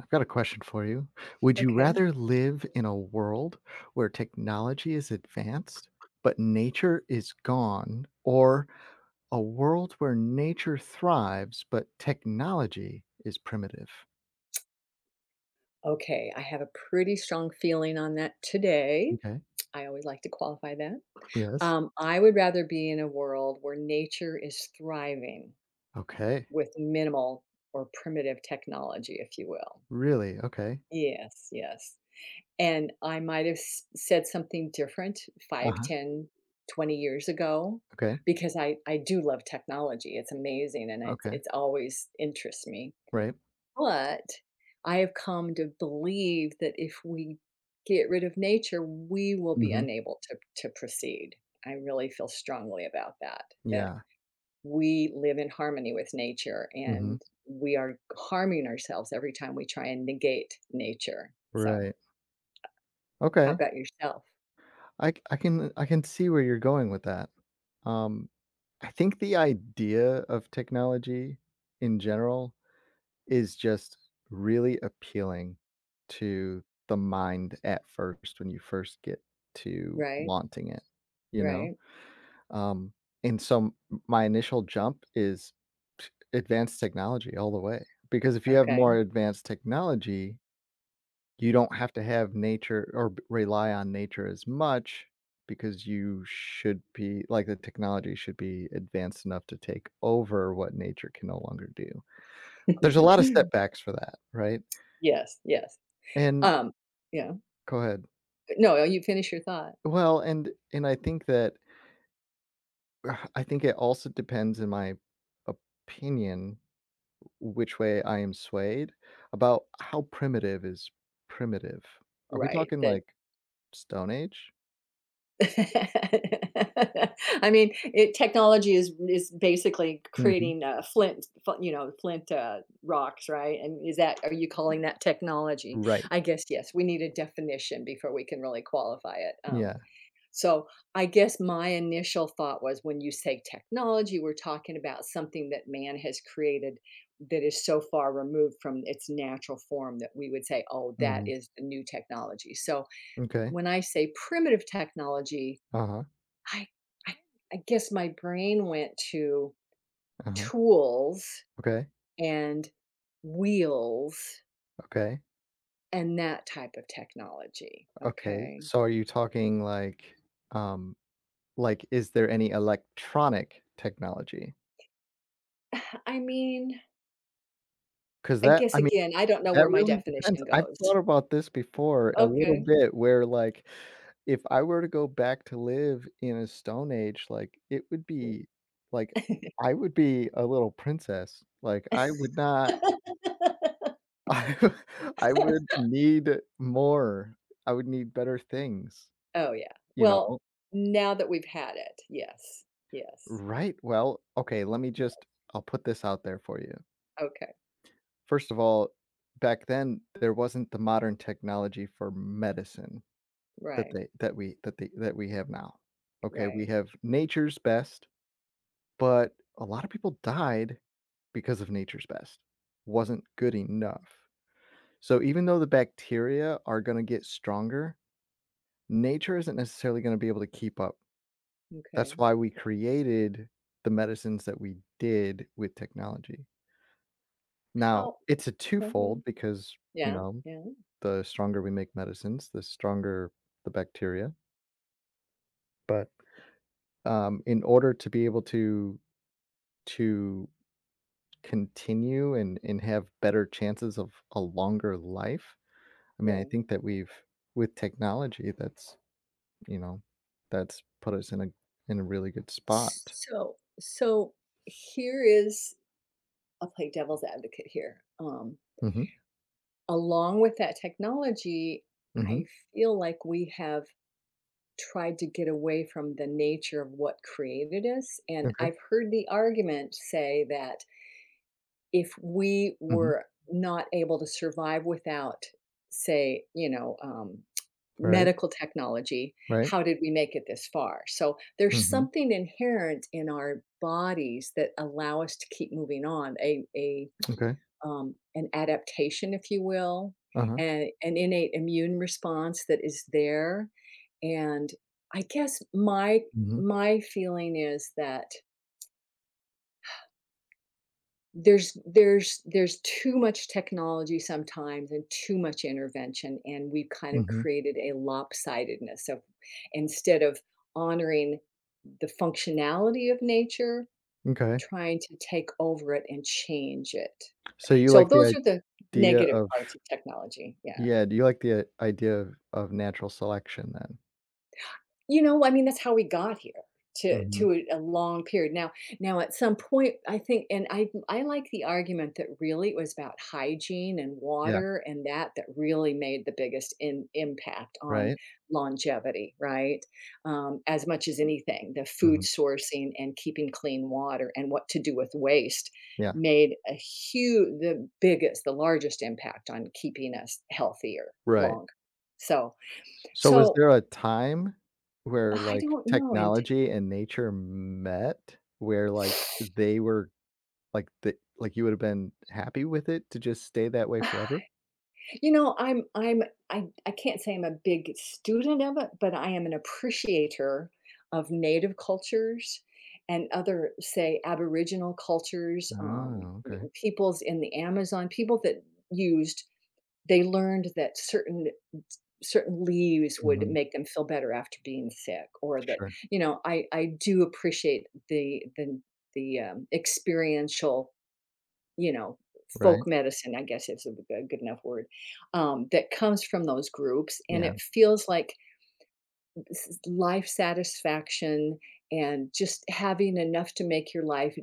I've got a question for you. Would you Okay. rather live in a world where technology is advanced, but nature is gone, or a world where nature thrives, but technology is primitive? Okay, I have a pretty strong feeling on that today. Okay. I always like to qualify that. Yes. I would rather be in a world where nature is thriving Okay. with minimal or primitive technology, if you will. Really? Okay. Yes, yes. And I might have said something different Uh 5, huh. 10, 20 years ago Okay. because I do love technology. It's amazing and it's, Okay. it's always interests me. Right. But I have come to believe that if we get rid of nature, we will be Mm-hmm. unable to proceed. I really feel strongly about that, that Yeah. we live in harmony with nature Mm-hmm. and we are harming ourselves every time we try and negate nature. So, Right. how Okay. about yourself? I can see where you're going with that. Um, I think the idea of technology in general is just really appealing to the mind at first when you first get to Right? wanting it, you know? Right? Um, and so m my initial jump is advanced technology all the way, because if you have Okay. more advanced technology, you don't have to have nature or b rely on nature as much because you should be like, the technology should be advanced enough to take over what nature can no longer do. There's a lot of setbacks for that, right? Yes, yes. And Um, yeah. go ahead. No, you finish your thought. Well, and I think that I think it also depends, in my opinion, which way I am swayed about how primitive is primitive. Are we Right. talking, That like, Stone Age? I mean, it technology is basically Mhm. creating, flint fl you know, flint, rocks, right? And is that are you calling that technology? Right. I guess, yes, we need a definition before we can really qualify it, Yeah. so I guess my initial thought was when you say technology, we're talking about something that man has created that is so far removed from its natural form that we would say, "Oh, that Mhm. is the new technology." So Okay. when I say primitive technology, Uh-huh. I I I guess my brain went to Uh-huh. tools Okay. and wheels Okay. and that type of technology, Okay. okay? So are you talking um like is there any electronic technology? I mean, Because I that guess I mean, again, I don't know where that my really depends. definition I've goes. thought about this before a little Okay. bit where like if I were to go back to live in a stone age, like it would be like I would be a little princess. Like I would not I I would need more. I would need better things, Oh, yeah. you Well, know? now that we've had it, yes. Yes. Right, well, okay, let me Yeah. just I'll put this out there for you. Okay. First of all, back then, there wasn't the modern technology for medicine Right. That we have now. Okay, we Right. have nature's best, but a lot of people died because of nature's best. Wasn't good enough. So even though the bacteria are gonna get stronger, nature isn't necessarily gonna be able to keep up. That's Okay. why we created the medicines that we did with technology. Now, How it's a twofold Mhm. because, you Yeah. know, Yeah. the stronger we make medicines, the stronger the bacteria, but, in order to be able to continue and have better chances of a longer life, I mean, I Right. think that we've with technology, you know, that's put us in a really good spot. So here is I'll play devil's advocate here. Mhm, Along with that technology, mhm, I feel like we have tried to get away from the nature of what created us. And okay, I've heard the argument say that if we mhm, were not able to survive without, say, right, medical technology, right, how did we make it this far? So there's mhm, something inherent in our bodies that allow us to keep moving on, a okay, an adaptation, if you will, uh-huh, and an innate immune response that is there. And I guess my mhm, my feeling is that there's too much technology sometimes and too much intervention and we've kind of mhm, created a lopsidedness of instead of honoring the functionality of nature, okay. trying to take over it and change it. So you So like those the are the idea negative of parts of technology. Yeah. yeah, do you like the idea of natural selection then? You know, I mean, that's how we got here to Mhm. to a long period. Now at some point, I think, and I like the argument that really it was about hygiene and Yeah, water, and that really made the biggest in impact on right? longevity, right? As much as anything, the food Mhm. sourcing and keeping clean water and what to do with waste Yeah, made a huge the largest impact on keeping us healthier right. longer. So So was so there a time where, I like, don't know in technology and nature met, where, like, they were like, the like, you would have been happy with it to just stay that way forever? You know, I'm I can't say I'm a big student of it, but I am an appreciator of native cultures and other, say, Aboriginal cultures, Oh, okay. peoples in the Amazon, people that used they learned that certain leaves would Mhm. make them feel better after being sick, or that, Sure. I do appreciate the experiential, you know, folk Right. medicine, I guess, is a good enough word, that comes from those groups, and Yeah. it feels like this is life satisfaction and just having enough to make your life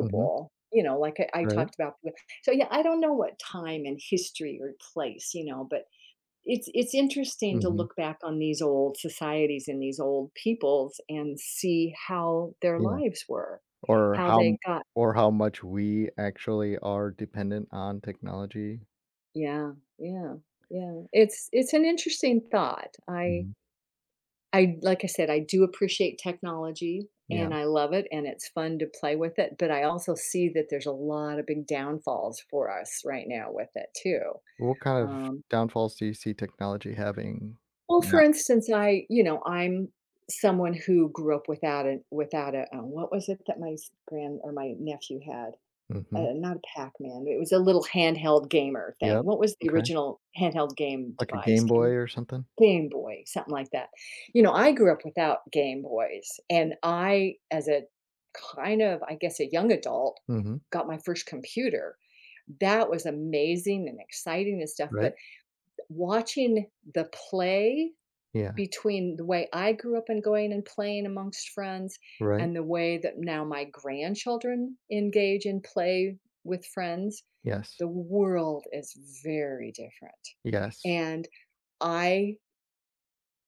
Mhm. you know, like I Right. talked about with so, yeah, I don't know what time and history or place, you know, but it's interesting to Mhm. look back on these old societies and these old peoples and see how their Yeah. lives were, Or how how they m got or how much we actually are dependent on technology. Yeah, yeah, yeah. It's an interesting thought. Mhm. I Like I said, I do appreciate technology Yeah. and I love it and it's fun to play with it, but I also see that there's a lot of big downfalls for us right now with it too. What kind of Um, downfalls do you see technology having well, for now? instance, I you know I'm someone who grew up without a what was it that my s- grand or my nephew had. Mhm. Not a Pac-Man. It was a little handheld gamer thing. Yep. What was the Okay. original handheld game Like a device? Game Boy Can or something? Game Boy, something like that. You know, I grew up without Game Boys, and I, as a kind of, I guess, a young adult, Mhm. got my first computer. That was amazing and exciting and stuff, but Right? watching the play Yeah. between the way I grew up and going and playing amongst friends Right? and the way that now my grandchildren engage and play with friends, Yes. the world is very different. Yes. And I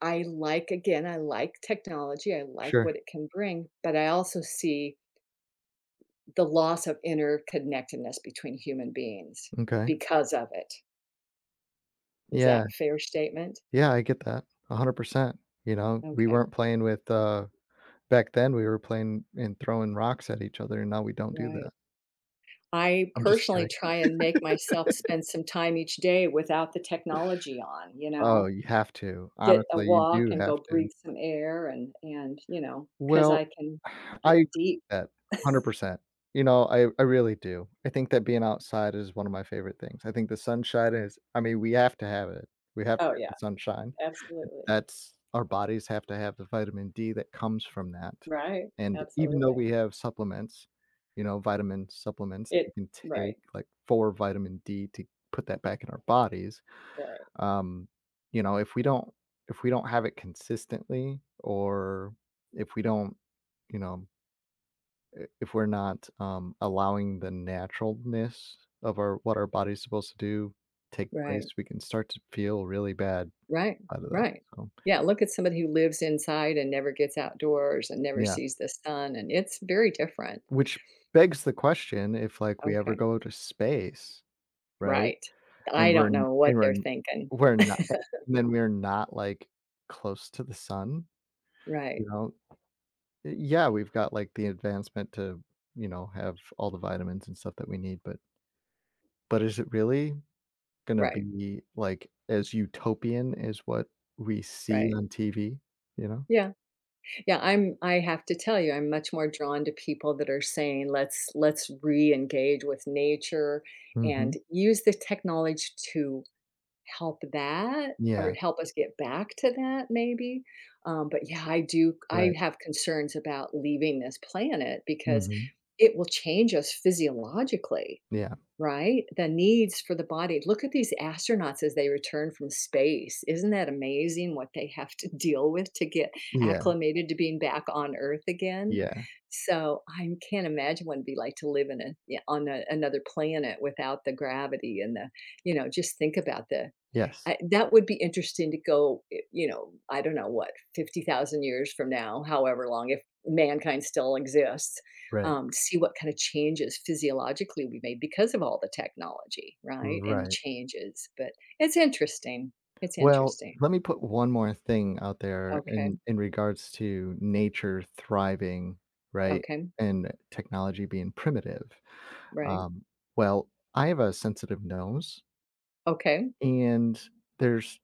I like, again, I like technology, I like Sure. what it can bring, but I also see the loss of interconnectedness between human beings Okay. because of it. Is Yeah. that a fair statement? Yeah, I get that. 100%. You know, we Okay, weren't playing with, back then we were playing and throwing rocks at each other, and now we don't do right. that. I I'm just personally kidding. try and make myself spend some time each day without the technology on, Oh, you have to. get a Honestly, you walk do and have go to. breathe some air, and because Well, I can I agree get deep. with that 100%. You know, I really do. I think that being outside is one of my favorite things. I think the sunshine is I mean, we have to have it. We have to Oh have yeah, the sunshine. absolutely. That's our bodies have to have the vitamin D that comes from that. Right. And even though Absolutely. we have supplements, you know, vitamin supplements that we It can take, right, like for vitamin D to put that back in our bodies right. um you know if we don't have it consistently or if we don't you know if we're not allowing the naturalness of our what our body's supposed to do take place Right, we can start to feel really bad right, out of that right. so Yeah, look at somebody who lives inside and never gets outdoors and never yeah sees the sun, and it's very different. which begs the question if like we ever Okay, go to space right right. I and we're don't n- know what and we're they're n- thinking. we're not and then we're not like close to the sun you Right, know. Yeah, we've got, like, the advancement to, you know, have all the vitamins and stuff that we need, but is it really gonna right, be, like, as utopian as what we see right. on TV, you know? Yeah. Yeah, I have to tell you, I'm much more drawn to people that are saying, "Let's re-engage with nature Mhm. and use the technology to help that, or Yeah, help us get back to that maybe." But yeah, I right. have concerns about leaving this planet because Mhm. it will change us physiologically, Yeah. right? The needs for the body. Look at these astronauts as they return from space. Isn't that amazing what they have to deal with to get Yeah, acclimated to being back on Earth again? yeah. So I can't imagine what it'd be like to live in a yeah, on a, another planet without the gravity and the, just think about the Yes. I that would be interesting to go, I don't know what, 50,000 years from now, however long, if mankind still exists, Right. To see what kind of changes physiologically we made because of all the technology, right, and the Right. changes, but it's interesting. It's Well, interesting. let me put one more thing out there in Okay, regards to nature thriving, right, okay, and technology being primitive. right, Um, well, I have a sensitive nose, okay. and there's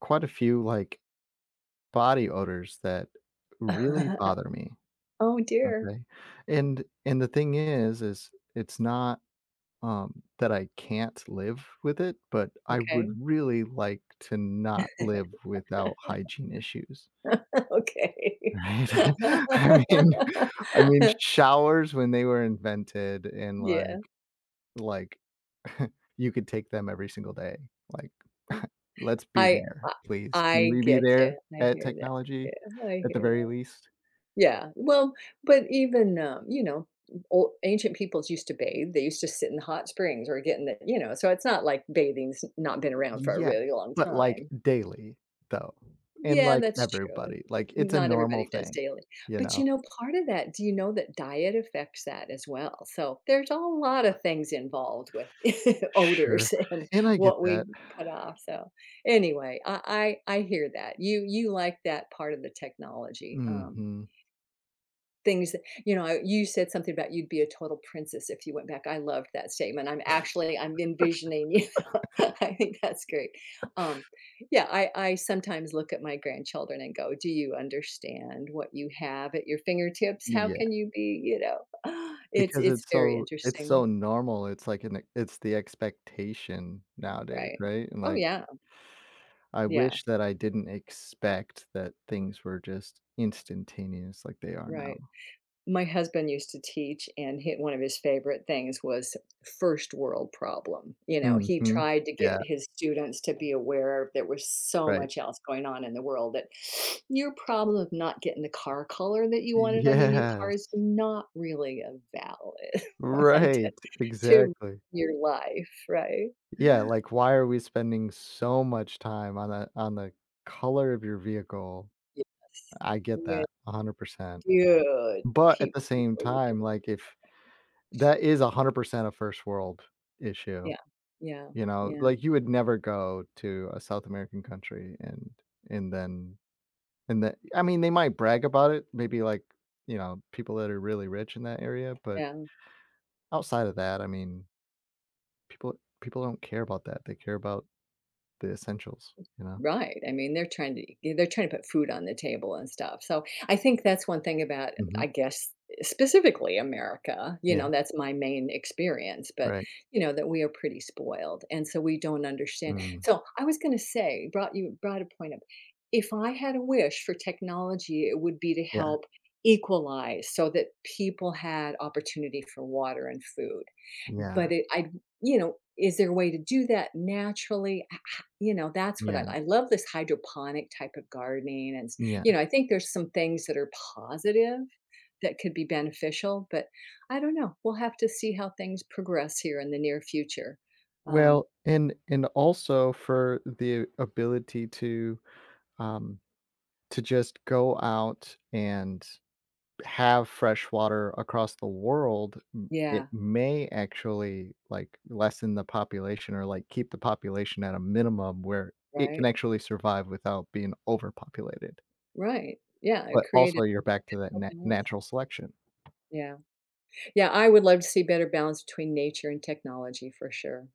quite a few, like, body odors that really bother me, Oh, dear. okay? And the thing is it's not, that I can't live with it, but I would Okay, really like to not live without hygiene issues. okay. Right? I mean I mean, showers when they were invented and, Yeah. Like, you could take them every single day, like, let's be I there, I please. Can I we be get you. there I at hear that. technology Yeah, I at the hear very that. least? Yeah, well, but even, old ancient peoples used to bathe. They used to sit in the hot springs or get in the you know, so it's not like bathing's not been around for a Yeah, really long but, like, time. daily, though, and, Yeah, like, that's true. everybody, like, it's a Not normal everybody does thing, daily. you But, know? Part of that do you know that diet affects that as well? So, there's a lot of things involved with Sure, odors and and I get what that. we put off, so, anyway, I hear that. You like that part of the technology, Mhm. Things that you know, I- you said something about you'd be a total princess if you went back. I loved that statement. I'm actually I'm envisioning you. I think that's great. Um, yeah, I sometimes look at my grandchildren and go, "Do you understand what you have at your fingertips? How Yeah. can you be, you know?" It's Because it's very it's interesting, so normal, it's like an it's the expectation nowadays, right? right? And, Oh, like, yeah. I Yeah, wish that I didn't expect that things were just instantaneous like they are right. now. My husband used to teach, and hi one of his favorite things was first world problem. You know, he Mhm. tried to get Yeah, his students to be aware there was so right. much else going on in the world that your problem of not getting the car color that you wanted on your new car Yes. is not really a valid one Right, to exactly. your life, right? Yeah, like, why are we spending so much time on the color of your vehicle? Yes. I get Yeah, that 100%. good. But at the People same before you do. time, like, if that is 100% a first world issue. Yeah. Yeah, You know, yeah, like, you would never go to a South American country and then and then I mean, they might brag about it, maybe, like, you know, people that are really rich in that area, but yeah. outside of that, I mean, people people don't care about that, they care about the essentials, you know? Right, I mean, they're trying to put food on the table and stuff, so I think that's one thing about, Mhm. I guess, specifically America. Yeah, That's my main experience, but, right. That we are pretty spoiled, and so we don't understand, Mm. so I was gonna say, brought you brought a point up. If I had a wish for technology, it would be to Yeah, help equalize so that people had opportunity for water and food, yeah, but it I you know, is there a way to do that naturally? You know, that's what I yeah, I love this hydroponic type of gardening, and yeah. I think there's some things that are positive that could be beneficial, but I don't know. We'll have to see how things progress here in the near future. Um, Well, and also for the ability um, to just go out and have fresh water across the world, m it yeah, may actually, like, lessen the population or, like, keep the population at a minimum where it can right, actually survive without being overpopulated. right. Yeah, it But also, created you're back to that na balance. natural selection. Yeah. Yeah, I would love to see better balance between nature and technology for sure.